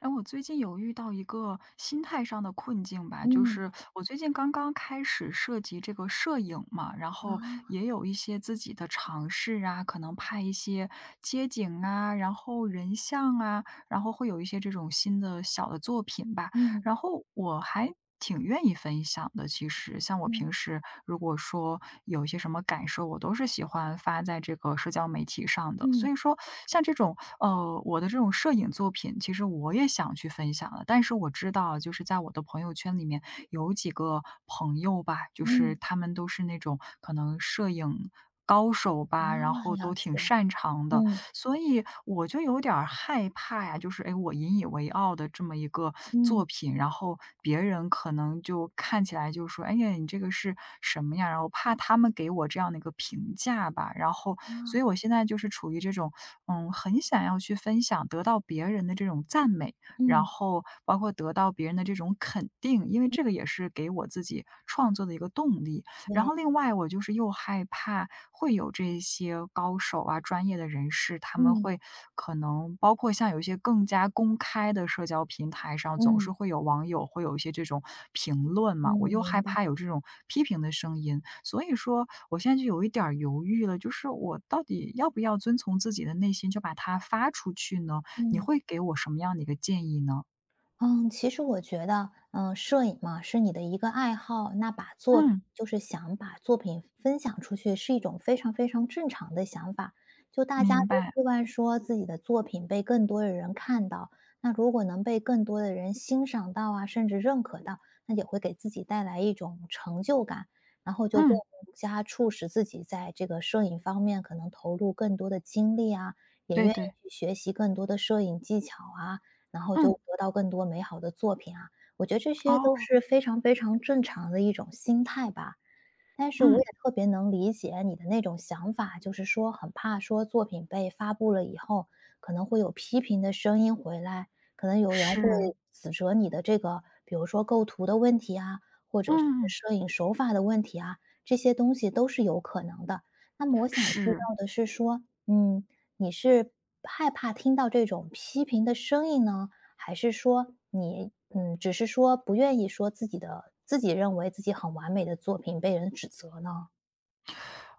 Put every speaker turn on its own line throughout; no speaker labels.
哎，我最近有遇到一个心态上的困境吧，就
嗯，
是我最近刚刚开始涉及这个摄影嘛，然后
啊，
也有一些自己的尝试啊，可能拍一些街景啊，然后人像啊，然后会有一些这种新的小的作品吧。
嗯，
然后我还挺愿意分享的，其实像我
嗯，
平时如果说有一些什么感受，我都是喜欢发在这个社交媒体上的。
嗯，
所以说，像这种我的这种摄影作品，其实我也想去分享的。但是我知道，就是在我的朋友圈里面有几个朋友吧，就是
嗯，
他们都是那种可能摄影。高手吧，然
啊，
后
了
都
解，
挺擅长的，
嗯，
所以我就有点儿害怕呀，就是哎，诶我引以为傲的这么一个作
嗯，
品，然后别人可能就看起来就说：“哎呀，你这个是什么呀？”然后怕他们给我这样的一个评价吧。然后，所
啊，
以我现在就是处于这种，嗯，很想要去分享，得到别人的这种赞美，然
嗯，
后包括得到别人的这种肯定，因为
嗯，
这个也是给我自己创作的一个动力。然
对，
后另外我就是又害怕会有这些高手啊、专业的人士，他们
嗯，
会可能包括像有一些更加公开的社交平台上，总是
嗯，
会有网友会有一些这种评论嘛，我
嗯，
又
明
害
白，
怕有这种批评的声音，所以说我现在就有一点儿犹豫了，就是我到底要不要遵从自己的内心就把它发出去呢？你
嗯。
会给我什么样的一个建议呢？
嗯，其实我觉得，摄影嘛，是你的一个爱好，那把作品
嗯，
想把作品分享出去，是一种非常非常正常的想法。就大家
明
都
白，
希望说自己的作品被更多的人看到，那如果能被更多的人欣赏到啊，甚至认可到，那也会给自己带来一种成就感，然后就更
嗯，
加促使自己在这个摄影方面可能投入更多的精力啊，也
对
愿
对，
意去学习更多的摄影技巧啊。然后就
嗯，
得到更多美好的作品啊。我觉得这些都
哦，
是非常非常正常的一种心态吧。但是我
嗯，
也特别能理解你的那种想法，就是说很怕说作品被发布了以后，可能会有批评的声音回来，可能有人会
是，
指责你的这个，比如说构图的问题啊，或者是
嗯。
摄影手法的问题啊，这些东西都是有可能的。那么我想知
是，
道的是说，嗯，你是害怕听到这种批评的声音呢，还是说你只是说不愿意说自己认为自己很完美的作品被人指责呢？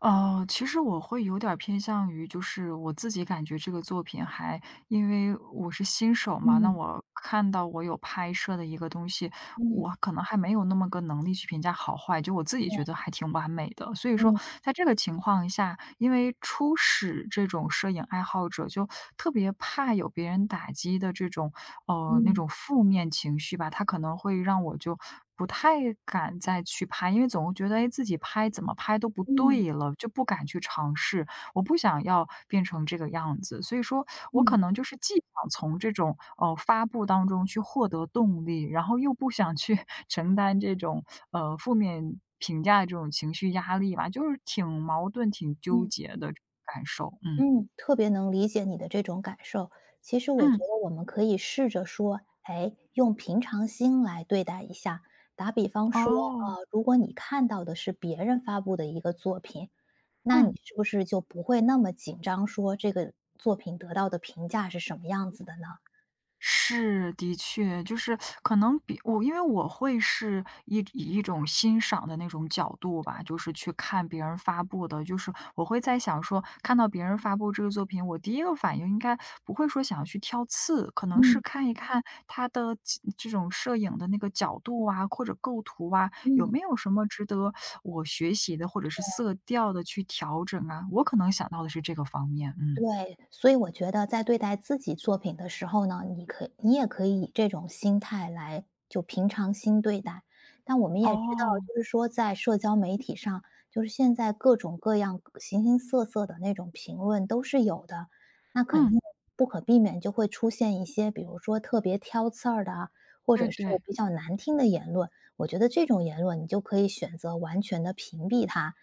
其实我会有点儿偏向于，就是我自己感觉这个作品还因为我是新手嘛，那
嗯
我看到我有拍摄的一个东西，
嗯
我可能还没有那么个能力去评价好坏，就我自己觉得还挺完美的。所以说
嗯
在这个情况下，因为初始这种摄影爱好者就特别怕有别人打击的这种，那
嗯
种负面情绪吧，他可能会让我就不太敢再去拍，因为总会觉得，哎，自己拍怎么拍都不
嗯
对了，就不敢去尝试。我不想要变成这个样子。所以说我可
嗯
能就是既想从这种，发布当中去获得动力，然后又不想去 承担这种，负面评价的这种情绪压力吧，就是挺矛盾、挺纠
嗯。
结的感受，嗯。
嗯，特别能理解你的这种感受。其实我觉
嗯，
得我们可以试着说，哎，用平常心来对待一下。打比方说，
哦，
如果你看到的是别人发布的一个作品，那
嗯。
你是不是就不会那么紧张，说这个作品得到的评价是什么样子的呢？
是，的确，就是可能比我因为我会是一以一种欣赏的那种角度吧，就是去看别人发布的，就是我会在想说，看到别人发布这个作品，我第一个反应应该不会说想要去挑刺，可能是
嗯。
看一看他的这种摄影的那个角度啊，或者构图啊，有
嗯，
没有什么值得我学习的，或者是色调的去调整啊，我可能想到的是这个方面，嗯。
对，所以我觉得在对待自己作品的时候呢，你也可以以这种心态来就平常心对待。但我们也知道，
哦。
就是说在社交媒体上，就是现在各种各样、形形色色的那种评论都是有的，那肯
嗯，
定不可避免就会出现一些，比如说特别挑刺儿的啊或
对
者是
对，
比较难听的言论。我觉得这种言论你就可以选择完全的屏蔽它，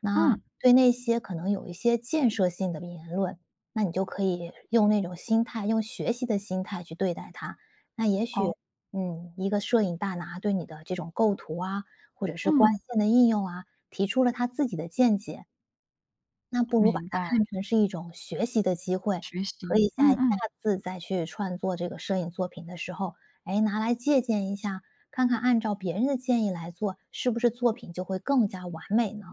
那
嗯，
对那些可能有一些建设性的言论，那你就可以用那种心态，用学习的心态去对待它。那也许，
哦。
嗯，一个摄影大拿对你的这种构图啊，或者是光
嗯，
线的应用啊，提出了他自己的见解，那不如把
明
它
白，
看成是一种学习的机会，
学
可
习，
以在
嗯
下
嗯。
次再去创作这个摄影作品的时候，哎，拿来借鉴一下，看看按照别人的建议来做，是不是作品就会更加完美呢？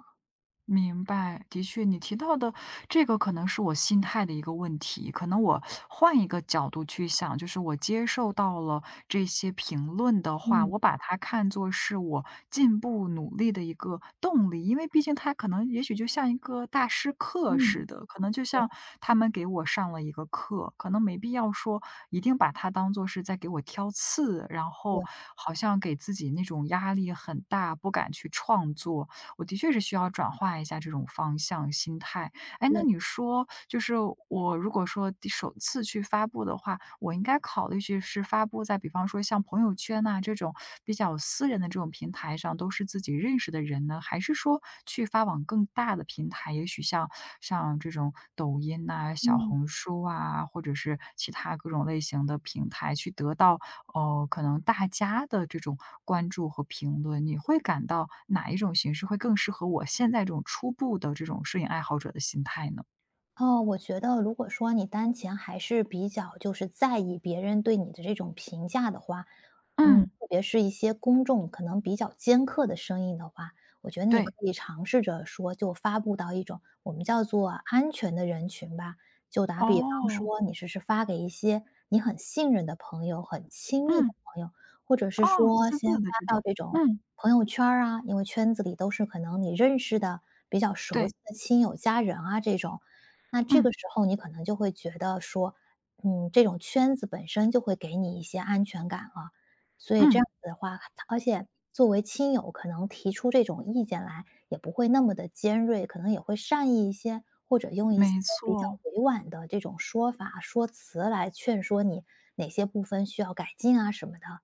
明白，的确，你提到的这个可能是我心态的一个问题，可能我换一个角度去想，就是我接受到了这些评论的话，
嗯
我把它看作是我进步努力的一个动力，因为毕竟它可能也许就像一个大师课
嗯。
似的，可能就像他们给我上了一个课，可能没必要说一定把它当做是在给我挑刺，然后
对
好像给自己那种压力很大，不敢去创作，我的确是需要转化一下这种方向、心态。哎，
对，
那你说，就是我如果说第首次去发布的话，我应该考虑去是发布在比方说像朋友圈呐、这种比较私人的这种平台上，都是自己认识的人呢，还是说去发往更大的平台，也许像这种抖音呐、小
嗯，
红书啊，或者是其他各种类型的平台，去得到哦，可能大家的这种关注和评论，你会感到哪一种形式会更适合我现在这种初步的这种摄影爱好者的心态呢？
哦，我觉得如果说你当前还是比较就是在意别人对你的这种评价的话，嗯，
嗯，
特别是一些公众可能比较尖刻的声音的话，我觉得你可
对，
以尝试着说，就发布到一种我们叫做安全的人群吧。就打比方
哦，
说，你是发给一些你很信任的朋友、很亲密的
嗯，
朋友，或者是
哦，
说
私
先
自
发
的这
到
种，
这种
嗯，
朋友圈儿啊，因为圈子里都是可能你认识的、比较熟悉
对，
的亲友、家人啊这种。那这
嗯，
个时候你可能就会觉得说，嗯，这种圈子本身就会给你一些安全感了。所以这
嗯，
样子的话，他而且作为亲友，可能提出这种意见来也不会那么的尖锐，可能也会善意一些，或者用一些
没
比较
错。
委婉的这种说法、说辞来劝说你哪些部分需要改进啊什么的。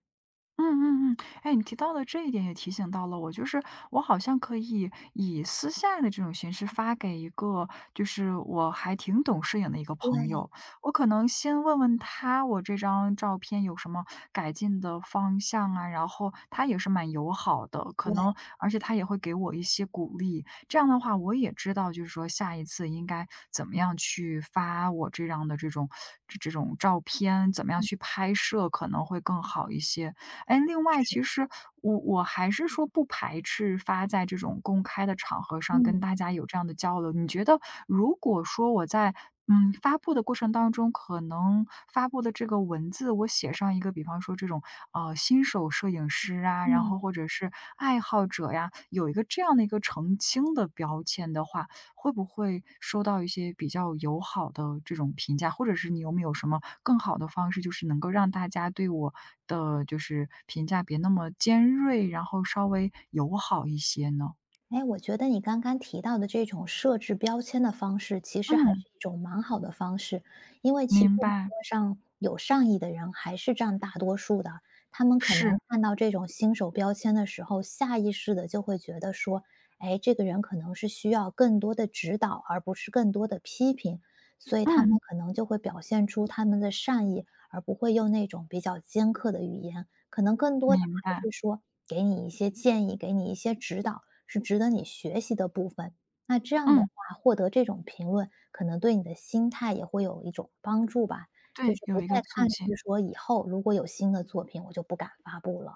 嗯嗯嗯，哎，你提到的这一点也提醒到了我，就是我好像可以以私下的这种形式发给一个，就是我还挺懂摄影的一个朋
对
友，我可能先问问他，我这张照片有什么改进的方向啊，然后他也是蛮友好的，可
对，
能而且他也会给我一些鼓励，这样的话我也知道，就是说下一次应该怎么样去发我这样的这种这种照片，怎么样
嗯
去拍摄可能会更好一些。哎，另外
是，
其实我还是说不排斥发在这种公开的场合上跟
嗯，
大家有这样的交流。你觉得如果说我在嗯，发布的过程当中，可能发布的这个文字，我写上一个，比方说这种新手摄影师啊，然
嗯。
后或者是爱好者呀，有一个这样的一个澄清的标签的话，会不会收到一些比较友好的这种评价？或者是你有没有什么更好的方式，就是能够让大家对我的就是评价别那么尖锐，然后稍微友好一些呢？
哎，我觉得你刚刚提到的这种设置标签的方式，其实还
嗯，
是一种蛮好的方式，因为其实
明
网
白，
络上有善意的人还是占大多数的，他们可能
是，
看到这种新手标签的时候，下意识的就会觉得说，哎，这个人可能是需要更多的指导，而不是更多的批评，所以他
嗯，
们可能就会表现出他们的善意，而不会用那种比较尖刻的语言，可能更多的
明
还
白，
是说给你一些建议，给你一些指导。是值得你学习的部分。那这样的
嗯，
话，获得这种评论，可能对你的心态也会有一种帮助吧，就
对，
是
有
不
一个
再抗
促进。
拒说以后如果有新的作品，我就不敢发布了。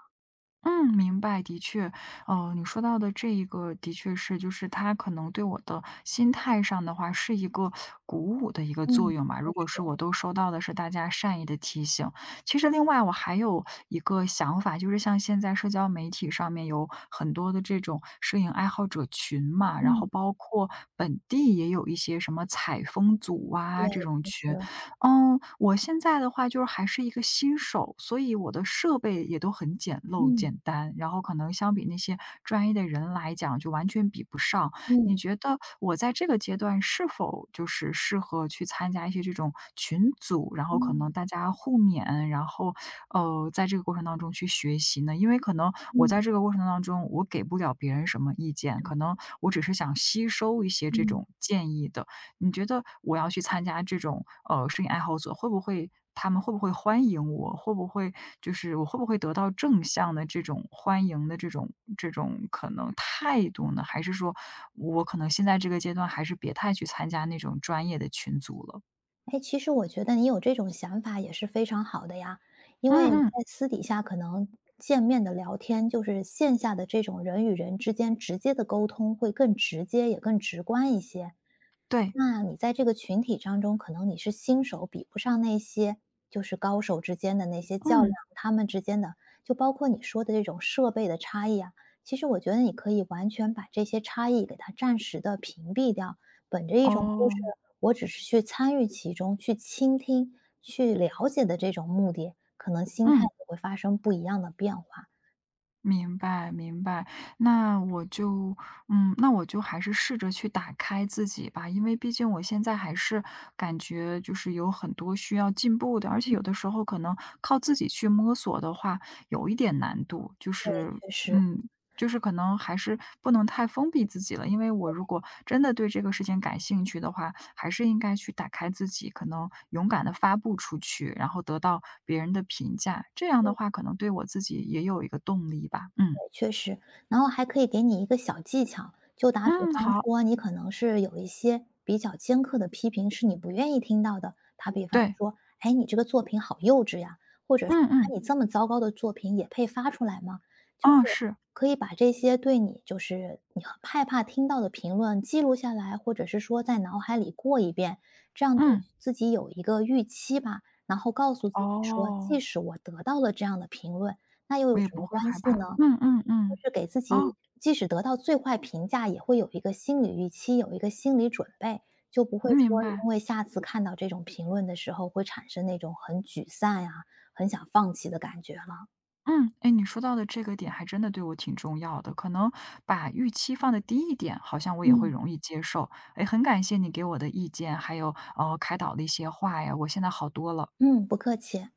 嗯，明白，的确，你说到的这一个的确是，就是它可能对我的心态上的话是一个鼓舞的一个作
嗯，
用吧。
确
如果
实，
是我都收到的是大家善意的提醒，其实另外我还有一个想法，就是像现在社交媒体上面有很多的这种摄影爱好者群嘛，然后
嗯，
包括本地也有一些什么采风组
对，
啊这种
确
群，
实，
嗯，我现在的话就是还是一个新手，所以我的设备也都很简陋、
嗯
简单，然后可能相比那些专业的人来讲，就完全比不上。你
嗯
觉得我在这个阶段是否就是适合去参加一些这种群组，然后可
嗯
能大家互勉，然后在这个过程当中去学习呢？因为可能我
嗯
在这个过程当中，我给不了别人什么意见，可能我只是想吸收一些这
嗯。
种建议的。你觉得我要去参加这种，摄影爱好者，会不会他们会不会欢迎我？会不会就是我会不会得到正向的这种欢迎的这种可能态度呢？还是说我可能现在这个阶段还是别太去参加那种专业的群组了？
哎，其实我觉得你有这种想法也是非常好的呀，因为
嗯嗯，
在私底下可能见面的聊天，就是线下的这种人与人之间直接的沟通会更直接，也更直观一些。
对，
那你在这个群体当中，可能你是新手，比不上那些就是高手之间的那些较量，
嗯，
他们之间的，就包括你说的这种设备的差异啊，其实我觉得你可以完全把这些差异给它暂时的屏蔽掉，本着一种就是
哦，
我只是去参与其中、去倾听、去了解的这种目的，可能心态
嗯。
也会发生不一样的变化。
明白明白，那我就嗯，那我就还是试着去打开自己吧，因为毕竟我现在还是感觉就是有很多需要进步的，而且有的时候可能靠自己去摸索的话，有一点难度，就是
确实。
嗯，就是可能还是不能太封闭自己了，因为我如果真的对这个事情感兴趣的话，还是应该去打开自己，可能勇敢的发布出去，然后得到别人的评价，这样的话可能对我自己也有一个动力吧。嗯，
确实，然后还可以给你一个小技巧，就打比
嗯，
方
好，
说，你可能是有一些比较尖刻的批评是你不愿意听到的，打比方
对，
说，哎，你这个作品好幼稚呀，或者说，
嗯
啊，
嗯，
你这么糟糕的作品也配发出来吗？就是
嗯，是，
可以把这些对你就是你很害怕听到的评论记录下来，或者是说在脑海里过一遍，这样对
嗯，
自己有一个预期吧，然后告诉自己说，即
哦，
使我得到了这样的评论。那又
我
有
也
什
不
么
会
关
害
系
怕，
呢？
嗯嗯
就
嗯，
是给自己
哦，
即使得到最坏评价，也会有一个心理预期，有一个心理准备，就不会说
明白。
因为下次看到这种评论的时候，会产生那种很沮丧呀、很想放弃的感觉了。
嗯，哎，你说到的这个点还真的对我挺重要的，可能把预期放的低一点，好像我也会
嗯
容易接受。哎，很感谢你给我的意见，还有开导的一些话呀，我现在好多了。
嗯，不客气。